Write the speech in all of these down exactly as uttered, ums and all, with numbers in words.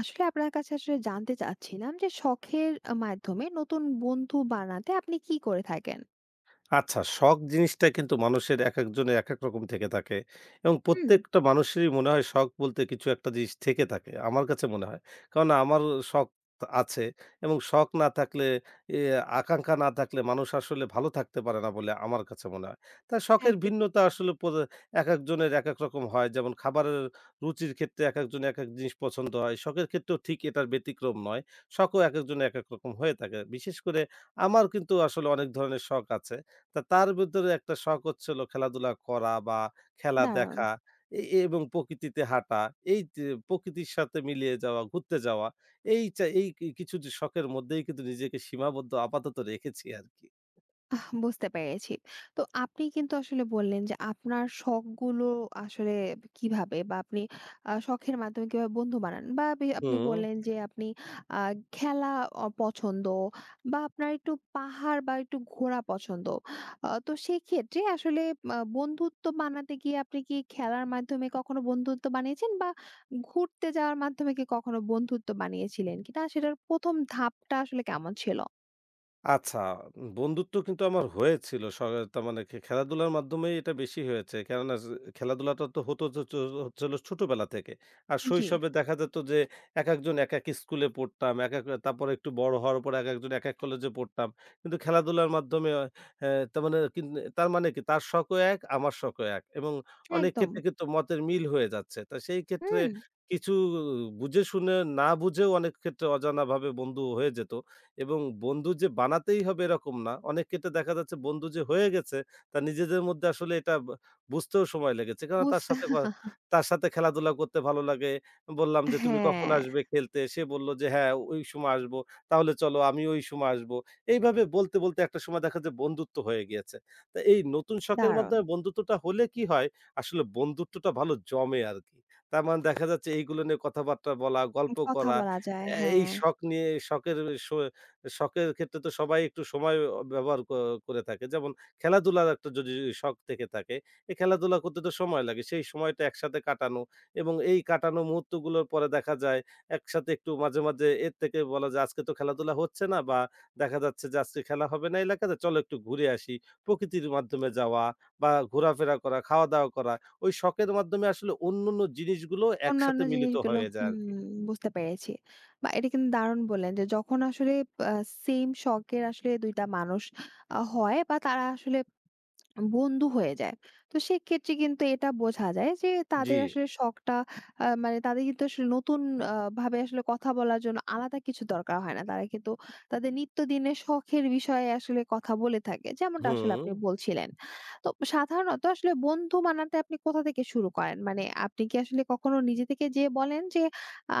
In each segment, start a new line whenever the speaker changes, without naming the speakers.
আসলে আপনার কাছে আসলে জানতে চাচ্ছিলাম যে শখের আ মাধ্যমে নতুন বন্ধু বানাতে আপনি কি করে থাকেন?
আচ্ছা, শখ জিনিসটা কিন্তু মানুষের একেকজনের একেক রকম থেকে থাকে এবং
হুম।
প্রত্যেকটা মানুষেরই মনে হয় শখ বলতে কিছু একটা জিনিস থেকে থাকে। আমার কাছে মনে হয়। কারণ আমার শখ আছে এবং শখ না থাকলে এ আকাঙ্খা না থাকলে মানুষ আসলে ভালো থাকতে পারে না বলে আমার কাছে মনে হয়। তাই শখের
একদম।
ভিন্নতা আসলে পো একেকজনের একেক রকম হয়। যেমন খাবারের রুচির ক্ষেত্রে একেকজন একেক জিনিস পছন্দ হয়। শখের ক্ষেত্রেও ঠিক এটার ব্যতিক্রম নয়। শখও একেকজনের একেক রকম হয়ে থাকে। বিশেষ করে আমার কিন্তু আসলে অনেক ধরনের শখ আছে। তা তার ভেতরে একটা শখ হচ্ছিল খেলাধুলা করা বা খেলা
দারুণ।
দেখা এ এ এবং প্রকৃতিতে হাঁটা, এই তে প্রকৃতির সাথে মিলিয়ে যাওয়া, ঘুরতে যাওয়া। এই চা এই কি কিছু যে শখের মধ্যেই কিন্তু নিজেকে সীমাবদ্ধ আপাতত রেখেছি আরকি।
বুঝতে পেরেছি। তো আপনি কিন্তু আসলে বললেন যে আপনার শখগুলো আসলে কিভাবে বা আপনি আ শখের মাধ্যমে কিভাবে বন্ধু বানান বা আপনি আপনি
হুম।
বললেন যে আপনি আ খেলা অ পছন্দ বা আপনার একটু পাহাড় বা একটু ঘোরা পছন্দ। আ তো সেক্ষেত্রে আসলে আ বন্ধুত্ব বানাতে গিয়ে আপনি কি খেলার মাধ্যমে কখনো বন্ধুত্ব বানিয়েছেন বা ঘুরতে যাওয়ার মাধ্যমে কি কখনো বন্ধুত্ব বানিয়েছিলেন কিনা? সেটার প্রথম ধাপটা আসলে কেমন ছিল?
আচ্ছা, বন্ধুত্ব কিন্তু আমার হয়েছিল। স তার মানে খে খেলাধুলার মাধ্যমেই এটা বেশি হয়েছে। কেননা জ খেলাধুলাটা তো হতো তো চ হচ্ছে হলো ছোটবেলা থেকে। আর
জি।
শৈশবে দেখা যেত যে একেকজন একেক স্কুলে পড়তাম, একেক তারপরে একটু বড় হওয়ার পর একেকজন একেক কলেজে পড়তাম। কিন্তু খেলাধুলার মাধ্যমে অ হ্যাঁ, তার মানে কিন তার মানে কি তার শখও এক, আমার শখও এক এবং অনেক
একদম।
ক্ষেত্রে কিন্তু মতের মিল হয়ে যাচ্ছে। তা সেই ক্ষেত্রে
হুম।
কিছু বুঝে শুনে না বুঝেও অনেক ক্ষেত্রে অজানাভাবে বন্ধু হয়ে যেত। এবং বন্ধু যে বানাতেই হবে এরকম না। অনেক ক্ষেত্রে দেখা যাচ্ছে বন্ধু যে হয়ে গেছে তার নিজেদের মধ্যে আসলে এটা ব বুঝতেও সময় লেগেছে। কেননা তার
বুঝতে
সাথে ক তার সাথে খেলাধুলা করতে ভালো লাগে। বললাম যে, "তুমি কখন
হ্যাঁ।
আসবে খেলতে?" সে বলল যে, "হ্যাঁ, ওই সময় আসবো। তাহলে চলো আমিও ওই সময় আসবো।" এইভাবে বলতে, বলতে একটা সময় দেখা যায় বন্ধুত্ব হয়ে গিয়েছে। তো এই নতুন শখের
দারুণ।
মাধ্যমে বন্ধুত্বটা হলে কি হয়? আসলে বন্ধুত্বটা ভালো জমে আরকি। তার মানে দেখা যাচ্ছে এইগুলো নিয়ে কথাবার্তা বলা, গল্প
কথা
করা,
বলা যায়,
অ্যা এই
হ্যাঁ।
শখ নিয়ে শখের স শখের ক্ষেত্রে তো সবাই একটু সময় অ ব্যবহার ক করে থাকে। যেমন খেলাধুলার একটা যদি শখ থেকে থাকে, এই খেলাধুলা করতে তো সময় লাগে। সেই সময়টা একসাথে কাটানো এবং এই কাটানো মুহূর্তগুলোর পরে দেখা যায় একসাথে একটু মাঝে, মাঝে এর থেকে বলা যায় আজকে তো খেলাধুলা হচ্ছে না বা দেখা যাচ্ছে যে আজকে খেলা হবে না এলাকাতে চলো একটু ঘুরে আসি। প্রকৃতির মাধ্যমে যাওয়া বা ঘোরাফেরা করা, খাওয়া-দাওয়া করা, ওই শখের মাধ্যমে আসলে অন্যান্য জিনিসগুলো
অন্যান্য
একসাথে মিলিত
জিনিসগুলো
হয়ে যায় আরকি।
হুম। বুঝতে পেরেছি। বা এটা কিন্তু দারুণ বললেন যে যখন আসলে আ সেইম শখের আসলে দুই টা টা মানুষ আ হয় বা তারা আসলে বন্ধু হয়ে যায়। তো সেক্ষেত্রে কিন্তু এটা বোঝা যায় যে
জি,
তাদের আসলে শখটা আ মানে তাদের কিন্তু আসলে নতুন আ ভাবে আসলে কথা বলার জন্য আলাদা কিছু দরকার হয় না। তারা কিন্তু তাদের নিত্যদিনের শখের বিষয়ে আসলে কথা বলে থাকে। যেমনটা আসলে
হুম।
আপনি বলছিলেন। তো সাধারণত আসলে বন্ধু বানাতে আপনি কোথা থেকে শুরু করেন? মানে আপনি কি আসলে কখনো নিজে থেকে যেয়ে বলেন যে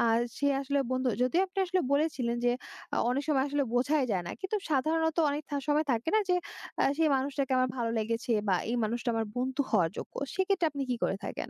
আ সে আসলে বন্ধু যদিও আপনি আসলে বলেছিলেন যে আ অনেক সময় আসলে বোঝাই যায় না। কিন্তু সাধারণত অনেক থা সময় থাকে না যে আ সেই মানুষটাকে আমার ভালো লেগেছে বা এই মানুষটা আমার বন্ধু হওয়ার যোগ্য। সেক্ষেত্রে আপনি কি করে থাকেন?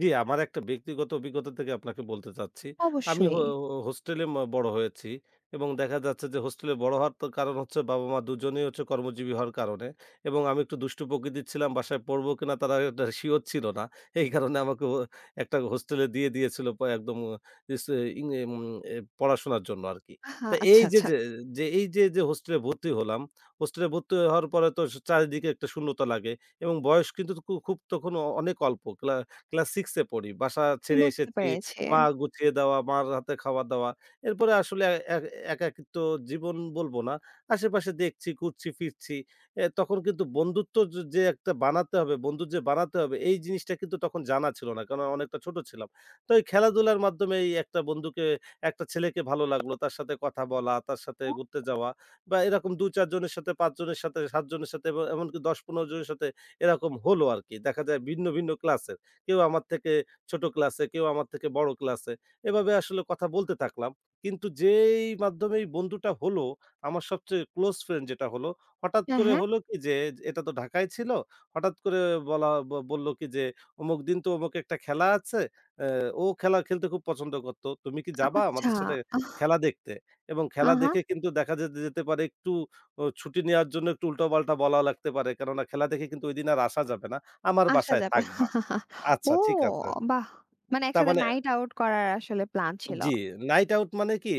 জি, আমার একটা ব্যক্তিগত অভিজ্ঞতা থেকে আপনাকে বলতে চাচ্ছি। আমি হো
অবশ্যই।
হো হোস্টেলে ম বড় হয়েছি এবং দেখা যাচ্ছে যে হোস্টেলে বড় হওয়ার তো কারণ হচ্ছে বাবা-মা দুজনেই হচ্ছে কর্মজীবী হওয়ার কারণে এবং আমি একটু দুষ্টু প্রকৃতির ছিলাম। বাসায় পড়বো কিনা তারা এটা সিওর ছিল না। এই কারণে আমাকে ও একটা হোস্টেলে দিয়ে দিয়েছিল প একদম আহ, ইস এ, ইং এম এ পড়াশোনার জন্য আরকি।
আহা!
তা এই
আচ্ছা,
যে,
আচ্ছা।
যে, যে, এই যে, যে, হোস্টেলে ভর্তি হলাম, হোস্টেলে ভর্তি হওয়ার পরে তো চারিদিকে একটা শূন্যতা লাগে এবং বয়স কিন্তু খু খুব তখন অ- অনেক অল্প। ক্লা ক্লাস ছয় এ পড়ি। বাসা ছেড়ে
বুঝতে
এসেছি।
পেরেছি।
মা গুছিয়ে দেওয়া, মার হাতে খাওয়া দাওয়া। এরপরে আসলে এ এ- একাকিত্ব জীবন বলবো না। আশেপাশে দেখছি, ঘুরছি, ফিরছি। এ তখন কিন্তু বন্ধুত্ব য যে একটা বানাতে হবে, বন্ধু যে বানাতে হবে এই জিনিসটা কিন্তু তখন জানা ছিল না। কারণ অনেকটা ছোট ছিলাম। তো এই খেলাধুলার মাধ্যমে এই একটা বন্ধুকে একটা ছেলেকে ভালো লাগলো। তার সাথে কথা বলা, তার সাথে ঘুরতে যাওয়া বা এরকম দুই চার জনের সাথে পাঁচ জনের সাথে, সাত জনের সাথে এবং এমনকি দশ পনেরো জনের সাথে এরকম হলো আরকি। দেখা যায় ভিন্ন, ভিন্ন ক্লাসের। কেউ আমার থেকে ছোট ক্লাসে, কেউ আমার থেকে বড় ক্লাসে। এভাবে আসলে কথা বলতে থাকলাম। কিন্তু যেই মাধ্যমে এই বন্ধুটা হলো, আমার সবচেয়ে ক্লোজ ফ্রেন্ড যেটা হলো, হঠাৎ
হ্যাঁ,
করে
হ্যাঁ।
হলো কি যে, এটা তো ঢাকায় ছিল। হঠাৎ করে বলা ব বলল কি যে, "অমুক দিন তো অমুক একটা খেলা আছে। অ্যা ও খেলা খেলতে খুব পছন্দ করত। তুমি কি যাবা
আচ্ছা।
আমাদের সাথে
আহ
খেলা দেখতে?" এবং খেলা
আহা!
দেখে কিন্তু দেখা যেতে যেতে পারে একটু ও ছুটি নেওয়ার জন্য একটু উল্টাপাল্টা বলা লাগতে পারে। কেননা খেলা দেখে কিন্তু ঐদিন আর আসা যাবে না। আমার
আসা
বাসায়
যাবে।
থাকবা। আচ্ছা
ও
ঠিক আছে।
বাহ! মানে
তার
একসাথে
মানে
নাইট আউট করার আসলে প্ল্যান ছিল।
জি, নাইট আউট মানে কি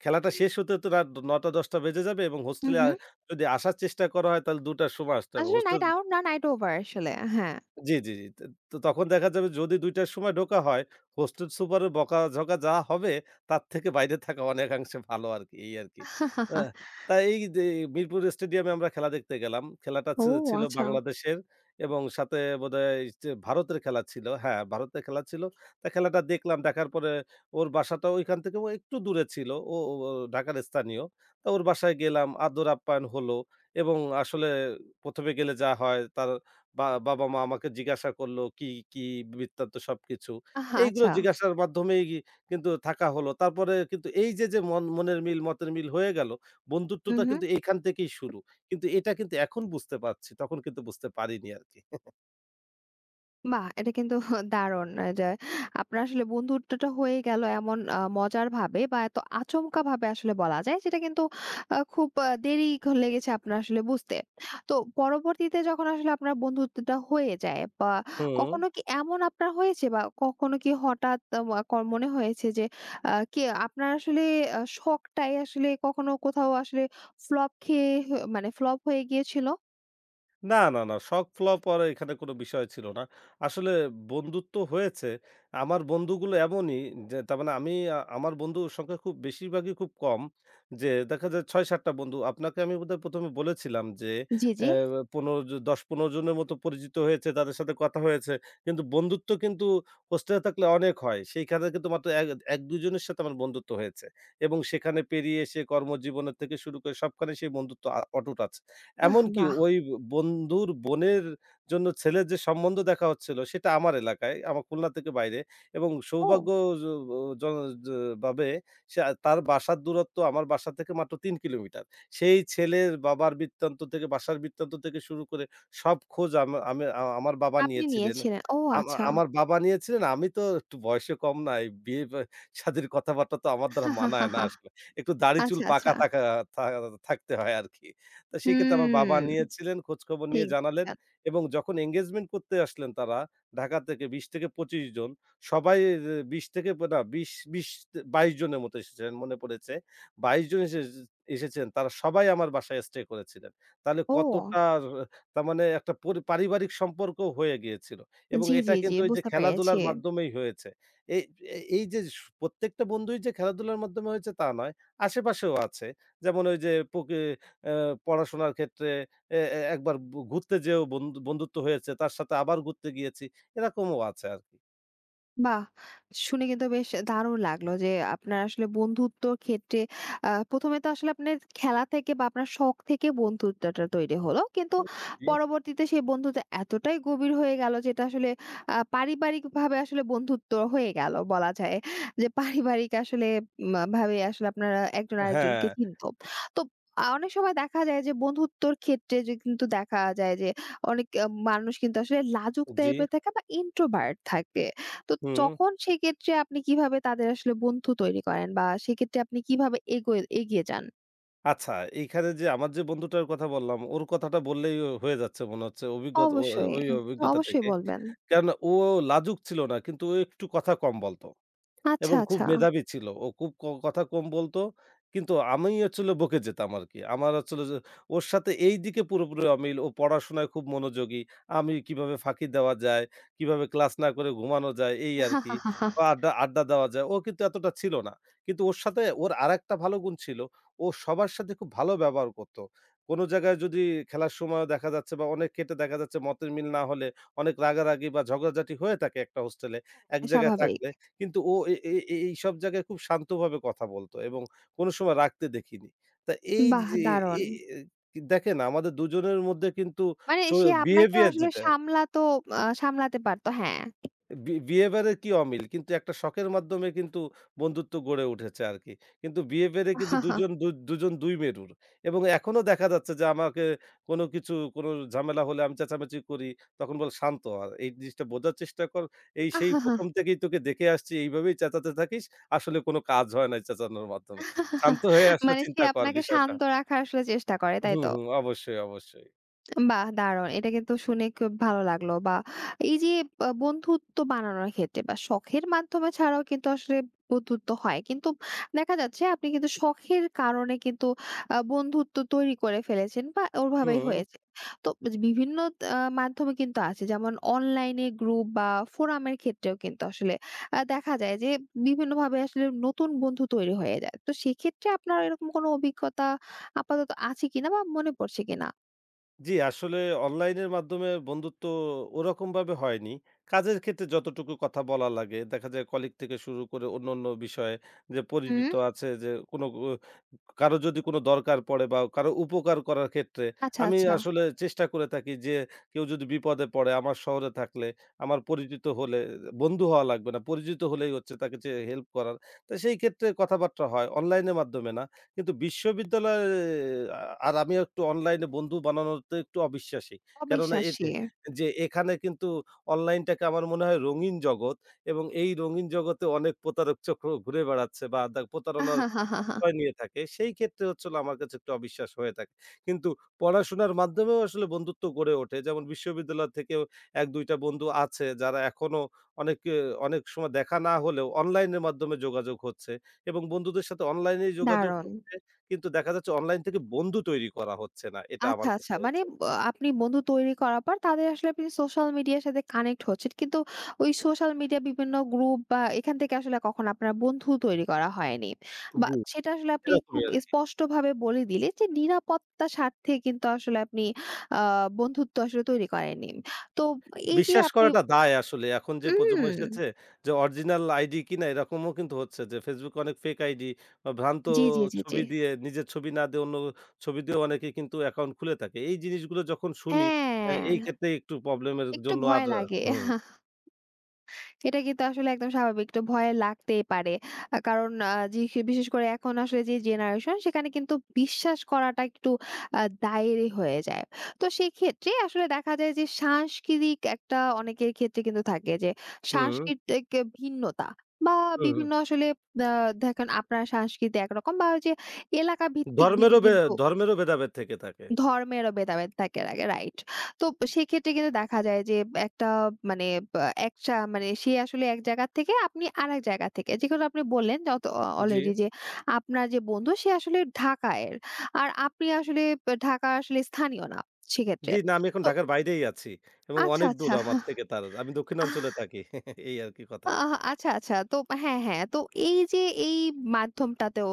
খেলাটা শেষ হতে, হতে রাত ৯ঃ শূন্য শূন্য ১০ঃ শূন্য শূন্য বেজে যাবে এবং
হু,
হোস্টেলে আ
হু।
যদি আসার চেষ্টা করা হয় তাহলে ২ঃ শূন্য শূন্য র সময় আসতে হবে।
আসলে
হোস্টেল
নাইট আউট না নাইট ওভার আসলে। হ্যাঁ।
জি, জি, জি। ত তো তখন দেখা যাবে যদি দুই টার সময় ঢোকা হয়, হোস্টেল সুপারের বকাঝকা যা হবে তার থেকে বাইরে থাকা অনেকাংশে ভালো আরকি, এই আরকি। অ্যা তা এই যে মিরপুর স্টেডিয়ামে আমরা খেলা দেখতে গেলাম। খেলাটা
ও
ছি ছিল
আচ্ছা।
বাংলাদেশের এবং সাথে বোধহয় যে ভারতের খেলা ছিল। হ্যাঁ, ভারতের খেলা ছিল। তা খেলাটা দেখলাম, দেখার পরে ওর বাসাটা ওইখান থেকে ও একটু দূরে ছিল। ও ও ও ঢাকার স্থানীয়। তা ওর বাসায় গেলাম, আদর আপ্যায়ন হলো এবং আসলে প্রথম এ গেলে যা হয় তার বা বাবা-মা আমাকে জিজ্ঞাসা করলো কি, কি বৃত্তান্ত সবকিছু।
আহা!
এইগুলো
আচ্ছা।
জিজ্ঞাসার মাধ্যমেই গি কিন্তু থাকা হলো। তারপরে কিন্তু এই যে, যে মন মনের মিল, মতের মিল হয়ে গেল,
হু,
বন্ধুত্বটা
হু।
কিন্তু এইখান থেকেই শুরু। কিন্তু এটা কিন্তু এখন বুঝতে পারছি। তখন কিন্তু বুঝতে পারিনি আরকি।
বাহ! এটা কিন্তু দারুণ যে আপনার আসলে বন্ধুত্বটা হয়ে গেল এমন আ মজার ভাবে বা এত আচমকা ভাবে আসলে বলা যায় যেটা কিন্তু আ খুব আ দেরি ক- লেগেছে আপনার আসলে বুঝতে। তো পরবর্তীতে যখন আসলে আপনার বন্ধুত্বটা হয়ে যায় বা
হুম।
কখনো কি এমন আপনার হয়েছে বা কখনো কি হঠাৎ মা ক মনে হয়েছে যে আ কে আপনার আসলে আ শখটাই আসলে কখনো কোথাও আসলে ফ্লপ খেয়ে হ মানে ফ্লপ হয়ে গিয়েছিল?
না, না, না। শখ ফ্লপ হওয়ার এখানে কোনো বিষয় ছিল না। আসলে বন্ধুত্ব হয়েছে। আমার বন্ধুগুলো এমনই যে তার মানে আমি আ আমার বন্ধুর সংখ্যা খুব বেশিরভাগই খুব কম। যে দেখা যায় ছয় সাত টা বন্ধু। আপনাকে আমি বোধহয় প্রথম এ বলেছিলাম যে
জি,
অ্যা
জি।
পনেরো জ দশ পনেরো জনের মতো পরিচিত হয়েছে, তাদের সাথে কথা হয়েছে। কিন্তু বন্ধুত্ব কিন্তু হোস্টেলে থাকলে অনেক হয়। সেইখানে কিন্তু মাত্র এক ১-২ জনের সাথে আমার বন্ধুত্ব হয়েছে। এবং সেখানে পেরিয়ে এসে কর্মজীবনের থেকে শুরু করে সবখানে সেই বন্ধুত্ব আ অটুট আছে।
আহ
এমনকি
বাহ!
ওই বন্ধুর বোনের জন্য ছেলের যে সম্বন্ধ দেখা হচ্ছিল সেটা আমার এলাকায়, আমার খুলনা থেকে বাইরে এবং সৌভাগ্য
ও!
জ জ জ ভাবে সে তার বাসার দূরত্ব আমার বাসা থেকে মাত্র তিন কিলোমিটার। সেই ছেলের বাবার বৃত্তান্ত থেকে বাসার বৃত্তান্ত থেকে শুরু করে সব খোঁজ আমা আমি আ আমার বাবা
আপনি
নিয়েছিলেন।
নিয়েছিলেন। ও
আমা
আচ্ছা।
আমার বাবা নিয়েছিলেন, আমি তো একটু বয়সে কম না। এই বিয়ে বা শাদীর কথাবার্তা তো আমার দ্বারা মানায় না আসলে। একটু দাড়ি চুল
আচ্ছা, আচ্ছা।
পাকা থাকা থা থাকতে হয় আরকি। তো সেক্ষেত্রে আমার বাবা
হুম,
নিয়েছিলেন, খোঁজখবর নিয়ে
ঠিক।
জানালেন এবং যখন engagement করতে আসলেন তারা ঢাকা থেকে বিশ থেকে পঁচিশ জন, সবাই এ বিশ থেকে প- না বিশ, বিশ, বাইশ জনের মতো এসেছিলেন মনে পড়েছে। বাইশ জন এসে এসেছেন তারা সবাই আমার বাসায় স্টে করেছিলেন। তাহলে
ও
কতটা আ তার মানে একটা পরি পারিবারিক সম্পর্ক হয়ে গিয়েছিল এবং
জি,
এটা
জি, জি
কিন্তু ওই যে
বুঝতে পেরেছি।
খেলাধুলার মাধ্যমেই হয়েছে। এই এ এই যে স প্রত্যেকটা বন্ধুই যে খেলাধুলার মাধ্যমে হয়েছে তা নয়, আশেপাশেও আছে। যেমন ওই যে পুকি অ্যা পড়াশোনার ক্ষেত্রে এ এ একবার বু ঘুরতে যেয়েও বন্ধু বন্ধুত্ব হয়েছে। তার সাথে আবার ঘুরতে গিয়েছি। এরকমও আছে আরকি।
বাহ! শুনে কিন্তু বেশ দারুণ লাগলো যে আপনার আসলে বন্ধুত্বর ক্ষেত্রে আ প্রথম এ তো আসলে আপনার খেলা থেকে বা আপনার শখ থেকে বন্ধুত্বটা তৈরি হলো। কিন্তু
জি।
পরবর্তীতে সেই বন্ধুত্ব এতটাই গভীর হয়ে গেল যেটা আসলে আ পারিবারিকভাবে আসলে বন্ধুত্ব হয়ে গেল বলা যায়। যে পারিবারিক আসলে উম ভাবে আসলে আপনারা একজন
হ্যাঁ,
আরেকজনকে চিনত। তো আ অনেক সময় দেখা যায় যে বন্ধুত্বর ক্ষেত্রে যে কিন্তু দেখা যায় যে অনেক আ মানুষ কিন্তু আসলে লাজুক
জি,
টাইপের থাকে বা introvert থাকে। তো
হুম।
তখন সেক্ষেত্রে আপনি কিভাবে তাদের আসলে বন্ধু তৈরি করেন? বা সেক্ষেত্রে আপনি কিভাবে এগোয়ে এগিয়ে যান?
আচ্ছা এইখানে যে আমার যে বন্ধুটার কথা বললাম, ওর কথাটা বললেই ও হয়ে যাচ্ছে মনে হচ্ছে অভিজ্ঞতা ও
অবশ্যই।
ওই অভিজ্ঞতা
অবশ্যই
থেকে।
বলবেন।
কেননা ও লাজুক ছিল না কিন্তু ও একটু কথা কম বলত।
আচ্ছা,
এবং খুব
আচ্ছা।
মেধাবী ছিল। ও খুব ক কথা কম বলত। কিন্তু আমি হচ্ছিল বকে যেতাম আরকি। আমার হচ্ছিল যে ওর সাথে এই দিকে পুরোপুরি অমিল। ও পড়াশোনায় খুব মনোযোগী। আমি কিভাবে ফাঁকি দেওয়া যায়, কিভাবে ক্লাস না করে ঘুমানো যায় এই আরকি।
আহা।
বা আড্ডা, আড্ডা দেওয়া যায়। ও কিন্তু এতটা ছিল না। কিন্তু ওর সাথে ওর আরেকটা ভালো গুণ ছিল। ও সবার সাথে খুব ভালো ব্যবহার করত। কোন জায়গায় যদি খেলার সময় দেখা যাচ্ছে বা অনেক ক্ষেত্রে দেখা যাচ্ছে মতের মিল না হলে অনেক রাগারাগি বা ঝগড়াঝাটি হয়ে থাকে একটা হোস্টেলে। এক জায়গায়
স্বাভাবিক।
থাকলে কিন্তু ও এ এ এ এইসব জায়গায় খুব শান্তভাবে কথা বলত এবং কোনো সময় রাগতে দেখিনি। তা এই যে
বাহ!
এ
দারুণ।
এ- দেখেন আমাদের দুজনের মধ্যে কিন্তু
মানে
চো
সে আপনাকেও
বিহেভিয়ার
আসলে
যেটা
সামলাতো আ সামলাতে পারত। হ্যাঁ।
বি বিহেভিয়ারের কি অমিল? কিন্তু একটা শখের মাধ্যমে কিন্তু বন্ধুত্ব গড়ে উঠেছে আরকি। কিন্তু বিহেভিয়ারে কিন্তু
আহা,
দুজন দু দুজন দুই মেরুর। এবং এখনো দেখা যাচ্ছে যে আমাকে কোনো কিছু কোনো ঝামেলা হলে আমি চেঁচামেচি করি। তখন বলে, "শান্ত হ। এই জিনিসটা বোঝার চেষ্টা কর। এই সেই
আহা,
প্রথম থেকেই তোকে দেখে আসছি এইভাবেই চেঁচাতে থাকিস। আসলে কোনো কাজ হয় না এই চেঁচানোর মাধ্যমে।
আহা, আহা।
শান্ত হয়ে আসলে
মানে সে
চিন্তা কর
আপনাকে
বিষয়টা।"
শান্ত রাখার আসলে চেষ্টা করে, তাই
হুম,
তো?
হুম। অবশ্যই, অবশ্যই।
বাহ! দারুণ। এটা কিন্তু শুনে খুব ভালো লাগলো বা এই যে আ বন্ধুত্ব বানানোর ক্ষেত্রে বা শখের মাধ্যমে ছাড়াও কিন্তু আসলে বন্ধুত্ব হয়। কিন্তু দেখা যাচ্ছে আপনি কিন্তু শখের কারণে কিন্তু আ বন্ধুত্ব তৈরি করে ফেলেছেন বা ওভাবেই
হুম।
হয়েছে। তো বিভিন্ন আ মাধ্যমে কিন্তু আছে। যেমন অনলাইনে গ্রুপ বা ফোরামের ক্ষেত্রেও কিন্তু আসলে আ দেখা যায় যে বিভিন্নভাবে আসলে নতুন বন্ধু তৈরি হয়ে যায়। তো সেক্ষেত্রে আপনার এরকম কোনো অভিজ্ঞতা আপাতত আছে কিনা বা মনে পড়ছে কিনা?
জি, আসলে অনলাইনের মাধ্যমে বন্ধুত্ব ওরকমভাবে হয়নি। কাজের ক্ষেত্রে যতটুকু কথা বলা লাগে, দেখা যায় কলিগ থেকে শুরু করে অন্যান্য বিষয়ে যে পরিচিত
হুম।
আছে যে কোনো ও কারো যদি কোনো দরকার পড়ে বা কারো উপকার করার ক্ষেত্রে
আচ্ছা,
আমি
আচ্ছা।
আসলে চেষ্টা করে থাকি যে কেউ যদি বিপদে পড়ে আমার শহরে থাকলে, আমার পরিচিত হলে বন্ধু হওয়া লাগবে না। পরিচিত হলেই হচ্ছে তাকে যে হেল্প করার। তো সেই ক্ষেত্রে কথাবার্তা হয় অনলাইনের মাধ্যমে না। কিন্তু বিশ্ববিদ্যালয়ে আ আর আমি একটু অনলাইনে বন্ধু বানানোতে একটু অবিশ্বাসী। কেননা এতে
অবিশ্বাসী।
যে এখানে কিন্তু অনলাইনটাকে আমার মনে হয় রঙিন জগৎ এবং এই রঙিন জগতে অনেক প্রতারক চক্র ঘুরে বেড়াচ্ছে বা দা প্রতারণার
আহাহাহাহা।
আশ্রয় নিয়ে থাকে। সেই ক্ষেত্রে হচ্ছে হলো আমার কাছে একটু অবিশ্বাস হয়ে থাকে। কিন্তু পড়াশোনার মাধ্যমেও আসলে বন্ধুত্ব গড়ে ওঠে। যেমন বিশ্ববিদ্যালয় থেকেও এক দুই টা বন্ধু আছে যারা এখনো অনেকে অনেক সময় দেখা না হলেও অনলাইনের মাধ্যমে যোগাযোগ হচ্ছে। এবং বন্ধুদের সাথে অনলাইনে যোগাযোগ
দারুণ।
হচ্ছে। কিন্তু দেখা যাচ্ছে অনলাইন থেকে বন্ধু তৈরি করা হচ্ছে না। এটা আমার
আচ্ছা, আচ্ছা।
ক্ষেত্রে
মানে
হচ্ছে।
ব আপনি বন্ধু তৈরি করার পর তাদের আসলে আপনি সোশ্যাল মিডিয়ার সাথে কানেক্ট হচ্ছেন। কিন্তু ওই সোশ্যাল মিডিয়া বিভিন্ন গ্রুপ বা এখান থেকে আসলে কখনো আপনার বন্ধু তৈরি করা হয়নি। বা
জি।
সেটা আসলে আপনি
এরকমই
খুব
আরকি।
স্পষ্টভাবে বলে দিলেন যে নিরাপত্তার স্বার্থে কিন্তু আসলে আপনি আ বন্ধুত্ব আসলে তৈরি করেননি। তো এই যে
বিশ্বাস
আপনি
করাটা দায় আসলে। এখন যে প্রজন্ম
উম
এসেছে যে অরিজিনাল আইডি কিনা এরকমও কিন্তু হচ্ছে যে Facebook এ অনেক ফেক আইডি বা ভ্রান্ত
জি, জি, জি, জি।
ছবি দিয়ে নিজের ছবি না দিয়ে অন্য ছবি দিয়ে অনেকে কিন্তু অ্যাকাউন্ট খুলে থাকে। এই জিনিসগুলো যখন শুনি আ
হ্যাঁ,
এই ক্ষেত্রে একটু প্রবলেমের
একটু
জন্য আর
ভয় লাগে। এটা কিন্তু আসলে একদম স্বাভাবিক। একটু ভয় লাগতেই পারে। আ কারণ আ জি বিশেষ করে এখন আসলে যে জেনারেশন সেখানে কিন্তু বিশ্বাস করাটা একটু আ দায়েরই হয়ে যায়। তো সেক্ষেত্রে আসলে দেখা যায় যে সাংস্কৃতিক একটা অনেকের ক্ষেত্রে কিন্তু থাকে যে
হুম,
সাংস্কৃতিক ভিন্নতা বা
হুম, হুম।
বিভিন্ন আসলে আ দেখেন আপনার সংস্কৃতি একরকম বা ওই যে এলাকা ভিত্তিক ভেদে
ধর্মেরও বে
কিন্তু
ধর্মেরও ভেদাভেদ থেকে থাকে।
ধর্মেরও ভেদাভেদ থাকে আগে রাইট। তো সেক্ষেত্রে কিন্তু দেখা যায় যে একটা মানে বা একটা মানে সে আসলে এক জায়গা থেকে আপনি আরেক জায়গা থেকে। যেগুলো আপনি বললেন যত অ
জি।
অলরেডি যে আপনার যে বন্ধু সে আসলে ঢাকায়ের। আর আপনি আসলে ঢাকার আসলে স্থানীয় না
জি,
সেক্ষেত্রে।
না আমি এখন
তো
ঢাকার বাইরেই আছি এবং
আচ্ছা,
অনেক দূর
আচ্ছা।
আমার থেকে তার। আমি দক্ষিণাঞ্চলে থাকি। এই আরকি কথা।
আহ আচ্ছা, আচ্ছা। তো হ্যাঁ, হ্যাঁ। তো এই যে এই মাধ্যমটাতেও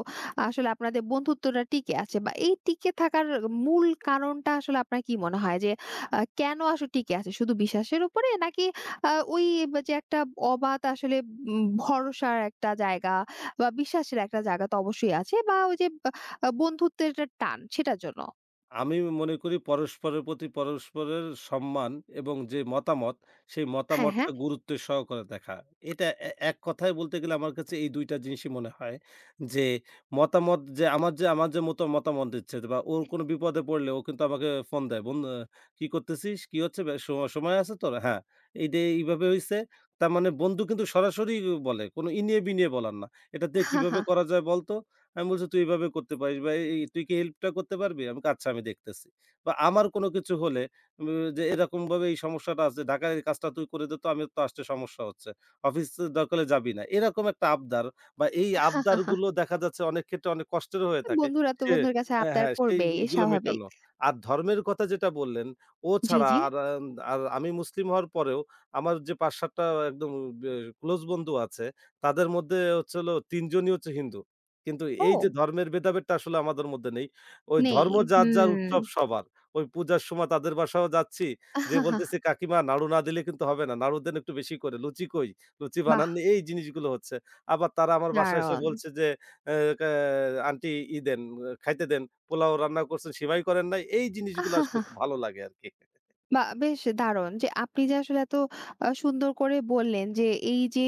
আসলে আপনাদের বন্ধুত্বটা টিকে আছে বা এই টিকে থাকার মূল কারণটা আসলে আপনার কি মনে হয় যে আ কেন আসলে টিকে আছে? শুধু বিশ্বাসের উপরে? নাকি আ ওই যে একটা অবাধ আসলে উম ভরসার একটা জায়গা বা বিশ্বাসের একটা জায়গা তো অবশ্যই আছে বা ওই যে আ বন্ধুত্বের একটা টান সেটার জন্য?
আমি মনে করি পরস্পরের প্রতি পরস্পরের সম্মান এবং যে মতামত, সেই
হ্যাঁ, হ্যাঁ।
মতামতটা গুরুত্ব সহকারে দেখা। এটা এ এক কথায় বলতে গেলে আমার কাছে এই দুই টা জিনিসই মনে হয় যে মতামত যে আমার যে আমার যে মত মতামত দিচ্ছে বা ওর কোনো বিপদে পড়লে ও কিন্তু আমাকে ফোন দেয়, "বন্ধু আ কি করতেছিস? কি হচ্ছে? বে স সময় আছে তোর? হ্যাঁ, এই যে এইভাবে হইছে।" তার মানে বন্ধু কিন্তু সরাসরি বলে। কোনো ইনিয়ে-বিনিয়ে বলার না। "এটা দিয়ে কিভাবে করা যায় বলতো?" আমি বলছি, "তুই এভাবে করতে পারিস বা এই তুই কি হেল্পটা করতে পারবি?" আমি বলি, "আচ্ছা আমি দেখতেছি।" বা আমার কোনো কিছু হলে উম যে এরকমভাবে এই সমস্যাটা আছে, ঢাকার এই কাজটা তুই করে দে তো আমি তো আসতে সমস্যা হচ্ছে। অফিসে দরকার হলে যাবি না। এরকম একটা আবদার বা এই আবদারগুলো দেখা যাচ্ছে অনেক ক্ষেত্রে অনেক কষ্টের হয়ে থাকে।
বন্ধুরা তো
সে
বন্ধুর কাছে
হ্যাঁ,
আবদার
হ্যাঁ,
করবেই
সেইগুলো
স্বাভাবিক।
মেটানো। আর ধর্মের কথা যেটা বললেন, ও
জি,
ছাড়া
জি।
আর আন আর আমি মুসলিম হওয়ার পরেও আমার যে পাঁচ সাত টা একদম বে ক্লোজ বন্ধু আছে, তাদের মধ্যে হচ্ছে হলো তিন জনই হচ্ছে হিন্দু। কিন্তু এই যে
ও!
ধর্মের ভেদাভেদটা আসলে আমাদের মধ্যে নেই। ওই
নেই।
ধর্ম যার, যার
হুম।
উৎসব সবার। ওই পূজার সময় তাদের বাসায়ও যাচ্ছি। যেয়ে
আহাহা।
বলতেছি, "কাকিমা নাড়ু না দিলে কিন্তু হবে না। নাড়ু দেন একটু বেশি করে। লুচি কই? লুচি
বাহ!
বানাননি।" এই জিনিসগুলো হচ্ছে। আবার তারা আমার বাসায় এসে
দারুণ।
বলছে যে, "এ কা আন্টি ই দেন, আহ, খাইতে দেন। পোলাও রান্না করছেন, সিমাই করেন নাই।" এই জিনিসগুলো আসলে
আহাহা।
খুব ভালো লাগে আরকি।
বাহ! বেশ দারুণ যে আপনি যে আসলে এত আ সুন্দর করে বললেন যে এই যে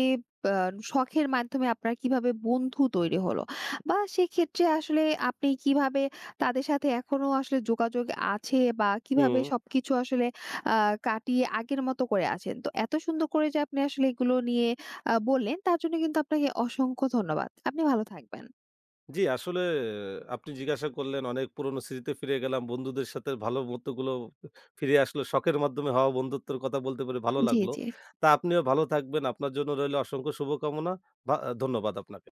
আ শখের মাধ্যমে আপনার কিভাবে বন্ধু তৈরি হলো বা সেক্ষেত্রে আসলে আপনি কিভাবে তাদের সাথে এখনো আসলে যোগাযোগ আছে বা কিভাবে
হুম।
সবকিছু আসলে আ কাটিয়ে আগের মতো করে আছেন। তো এত সুন্দর করে যে আপনি আসলে এগুলো নিয়ে আ বললেন তার জন্য কিন্তু আপনাকে অসংখ্য ধন্যবাদ। আপনি ভালো থাকবেন।
জি, আসলে আপনি জিজ্ঞাসা করলেন অনেক পুরনো স্মৃতিতে ফিরে গেলাম। বন্ধুদের সাথে ভালো মুহূর্তগুলো ফিরে আসলো। শখের মাধ্যমে হওয়া বন্ধুত্বের কথা বলতে পেরে ভালো
জি,
লাগলো।
জি।
তা আপনিও ভালো থাকবেন। আপনার জন্য রইল অসংখ্য শুভকামনা। ভা ধন্যবাদ আপনাকে।